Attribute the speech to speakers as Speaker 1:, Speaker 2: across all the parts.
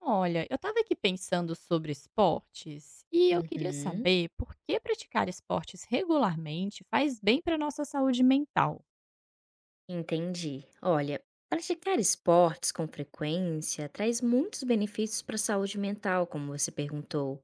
Speaker 1: Olha, eu estava aqui pensando sobre esportes e eu queria
Speaker 2: Uhum,
Speaker 1: saber por que praticar esportes regularmente faz bem para nossa saúde mental.
Speaker 2: entendi. Olha, praticar esportes com frequência traz muitos benefícios para a saúde mental, como você perguntou.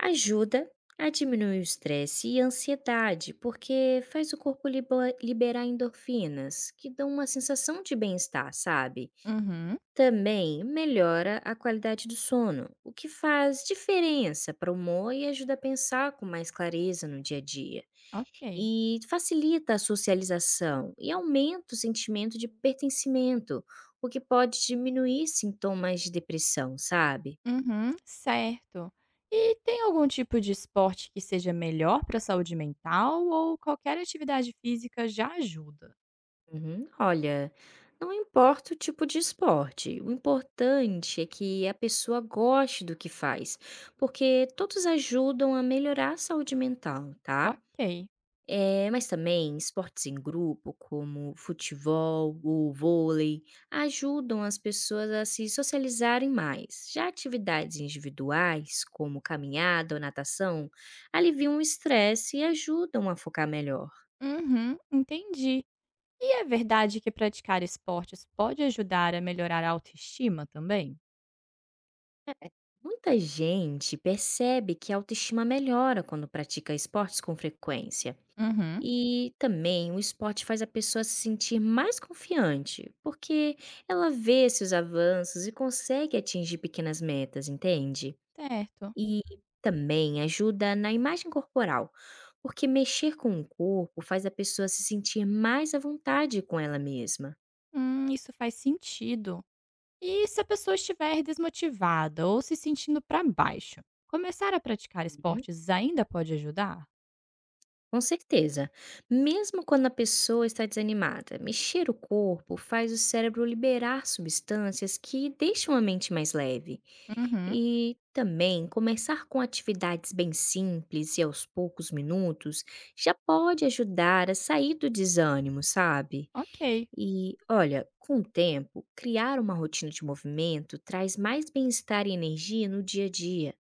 Speaker 2: Ajuda a diminuir o estresse e a ansiedade, porque faz o corpo liberar endorfinas, que dão uma sensação de bem-estar, sabe?
Speaker 1: Uhum.
Speaker 2: Também melhora a qualidade do sono, o que faz diferença para o humor e ajuda a pensar com mais clareza no dia a dia.
Speaker 1: Ok.
Speaker 2: E facilita a socialização e aumenta o sentimento de pertencimento, o que pode diminuir sintomas de depressão, sabe?
Speaker 1: Uhum, certo. E tem algum tipo de esporte que seja melhor para a saúde mental ou qualquer atividade física já ajuda?
Speaker 2: Uhum. Olha, não importa o tipo de esporte, o importante é que a pessoa goste do que faz, porque todos ajudam a melhorar a saúde mental, tá?
Speaker 1: Ok.
Speaker 2: Mas também esportes em grupo, como futebol ou vôlei, ajudam as pessoas a se socializarem mais. Já atividades individuais, como caminhada ou natação, aliviam o estresse e ajudam a focar melhor.
Speaker 1: Uhum, entendi. E é verdade que praticar esportes pode ajudar a melhorar a autoestima também?
Speaker 2: É, muita gente percebe que a autoestima melhora quando pratica esportes com frequência.
Speaker 1: Uhum.
Speaker 2: E também o esporte faz a pessoa se sentir mais confiante, porque ela vê esses avanços e consegue atingir pequenas metas, entende?
Speaker 1: Certo.
Speaker 2: E também ajuda na imagem corporal, porque mexer com o corpo faz a pessoa se sentir mais à vontade com ela mesma.
Speaker 1: Isso faz sentido. E se a pessoa estiver desmotivada ou se sentindo para baixo, começar a praticar
Speaker 2: Uhum,
Speaker 1: esportes ainda pode ajudar?
Speaker 2: com certeza. Mesmo quando a pessoa está desanimada, mexer o corpo faz o cérebro liberar substâncias que deixam a mente mais leve.
Speaker 1: Uhum.
Speaker 2: E também começar com atividades bem simples e aos poucos minutos já pode ajudar a sair do desânimo, sabe?
Speaker 1: Ok,
Speaker 2: E olha, com o tempo, criar uma rotina de movimento traz mais bem-estar e energia no dia a dia.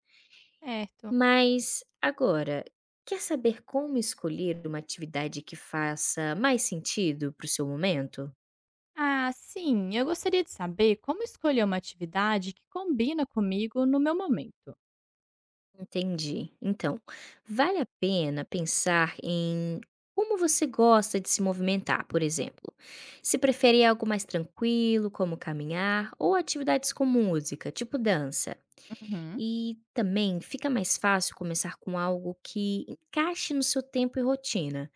Speaker 1: certo.
Speaker 2: Mas agora, quer saber como escolher uma atividade que faça mais sentido para o seu momento?
Speaker 1: Ah, sim, eu gostaria de saber como escolher uma atividade que combina comigo no meu momento.
Speaker 2: Entendi. Então, vale a pena pensar em como você gosta de se movimentar, por exemplo. Se prefere algo mais tranquilo, como caminhar, ou atividades com música, tipo dança.
Speaker 1: Uhum.
Speaker 2: E também fica mais fácil começar com algo que encaixe no seu tempo e rotina,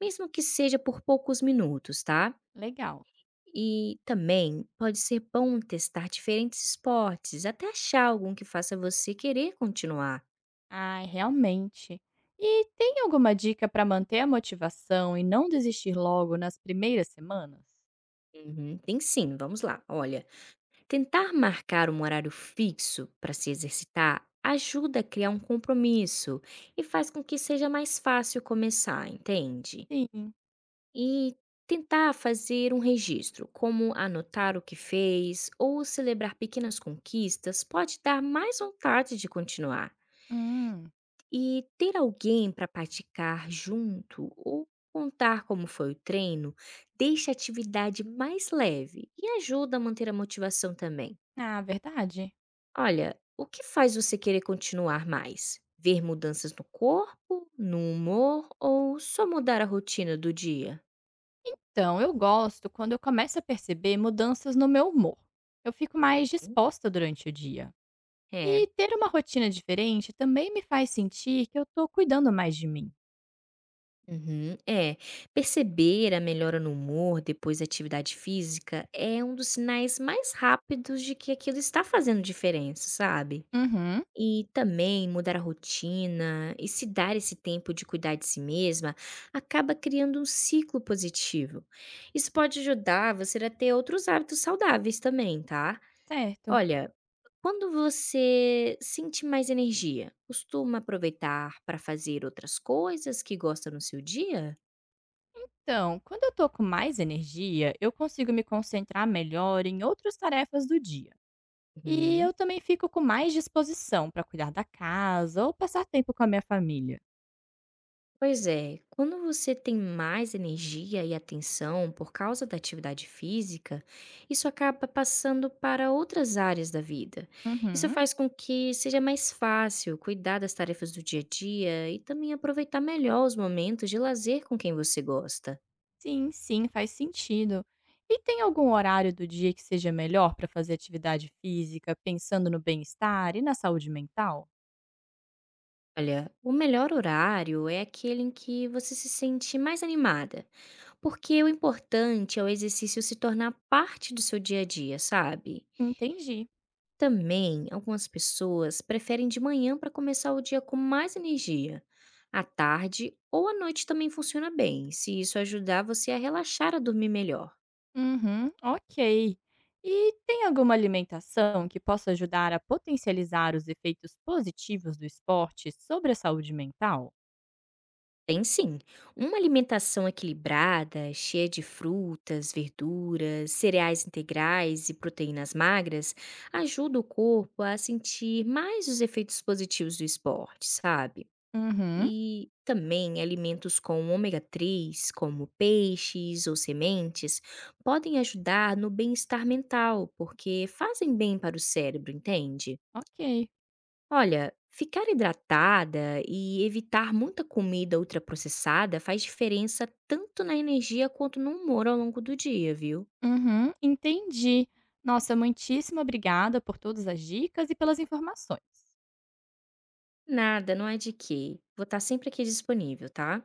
Speaker 2: mesmo que seja por poucos minutos, tá?
Speaker 1: Legal.
Speaker 2: E também pode ser bom testar diferentes esportes, até achar algum que faça você querer continuar.
Speaker 1: Ai, realmente. E tem alguma dica para manter a motivação e não desistir logo nas primeiras semanas?
Speaker 2: Uhum, tem sim, vamos lá. Olha, tentar marcar um horário fixo para se exercitar ajuda a criar um compromisso e faz com que seja mais fácil começar, entende?
Speaker 1: Sim.
Speaker 2: E tentar fazer um registro, como anotar o que fez ou celebrar pequenas conquistas, pode dar mais vontade de continuar.
Speaker 1: Hum.
Speaker 2: E ter alguém para praticar junto ou contar como foi o treino deixa a atividade mais leve e ajuda a manter a motivação também.
Speaker 1: Ah, verdade.
Speaker 2: Olha, o que faz você querer continuar mais? Ver mudanças no corpo, no humor ou só mudar a rotina do dia?
Speaker 1: Então, eu gosto quando eu começo a perceber mudanças no meu humor. Eu fico mais
Speaker 2: Hum,
Speaker 1: disposta durante o dia.
Speaker 2: É.
Speaker 1: E ter uma rotina diferente também me faz sentir que eu tô cuidando mais de mim.
Speaker 2: Uhum, é. Perceber a melhora no humor depois da atividade física é um dos sinais mais rápidos de que aquilo está fazendo diferença, sabe?
Speaker 1: Uhum.
Speaker 2: E também mudar a rotina e se dar esse tempo de cuidar de si mesma acaba criando um ciclo positivo. Isso pode ajudar você a ter outros hábitos saudáveis também, tá?
Speaker 1: Certo.
Speaker 2: Olha, quando você sente mais energia, costuma aproveitar para fazer outras coisas que gosta no seu dia?
Speaker 1: Então, quando eu tô com mais energia, eu consigo me concentrar melhor em outras tarefas do dia. E
Speaker 2: Uhum.
Speaker 1: eu também fico com mais disposição para cuidar da casa ou passar tempo com a minha família.
Speaker 2: Pois é, quando você tem mais energia e atenção por causa da atividade física, isso acaba passando para outras áreas da vida. Isso
Speaker 1: Uhum.
Speaker 2: faz com que seja mais fácil cuidar das tarefas do dia a dia e também aproveitar melhor os momentos de lazer com quem você gosta.
Speaker 1: Sim, sim, faz sentido. E tem algum horário do dia que seja melhor para fazer atividade física, pensando no bem-estar e na saúde mental?
Speaker 2: Olha, o melhor horário é aquele em que você se sente mais animada, porque o importante é o exercício se tornar parte do seu dia a dia, sabe?
Speaker 1: Entendi.
Speaker 2: Também, algumas pessoas preferem de manhã para começar o dia com mais energia. À tarde ou à noite também funciona bem, se isso ajudar você a relaxar a dormir melhor.
Speaker 1: Uhum, ok. E tem alguma alimentação que possa ajudar a potencializar os efeitos positivos do esporte sobre a saúde mental?
Speaker 2: Tem sim, uma alimentação equilibrada, cheia de frutas, verduras, cereais integrais e proteínas magras, ajuda o corpo a sentir mais os efeitos positivos do esporte, sabe?
Speaker 1: Uhum,
Speaker 2: E também alimentos com ômega 3, como peixes ou sementes, podem ajudar no bem-estar mental, porque fazem bem para o cérebro, entende?
Speaker 1: ok.
Speaker 2: Olha, ficar hidratada e evitar muita comida ultraprocessada faz diferença tanto na energia quanto no humor ao longo do dia, viu?
Speaker 1: Uhum, entendi. Nossa, muitíssimo obrigada por todas as dicas e pelas informações.
Speaker 2: Nada, não é de quê. Vou estar sempre aqui disponível, tá?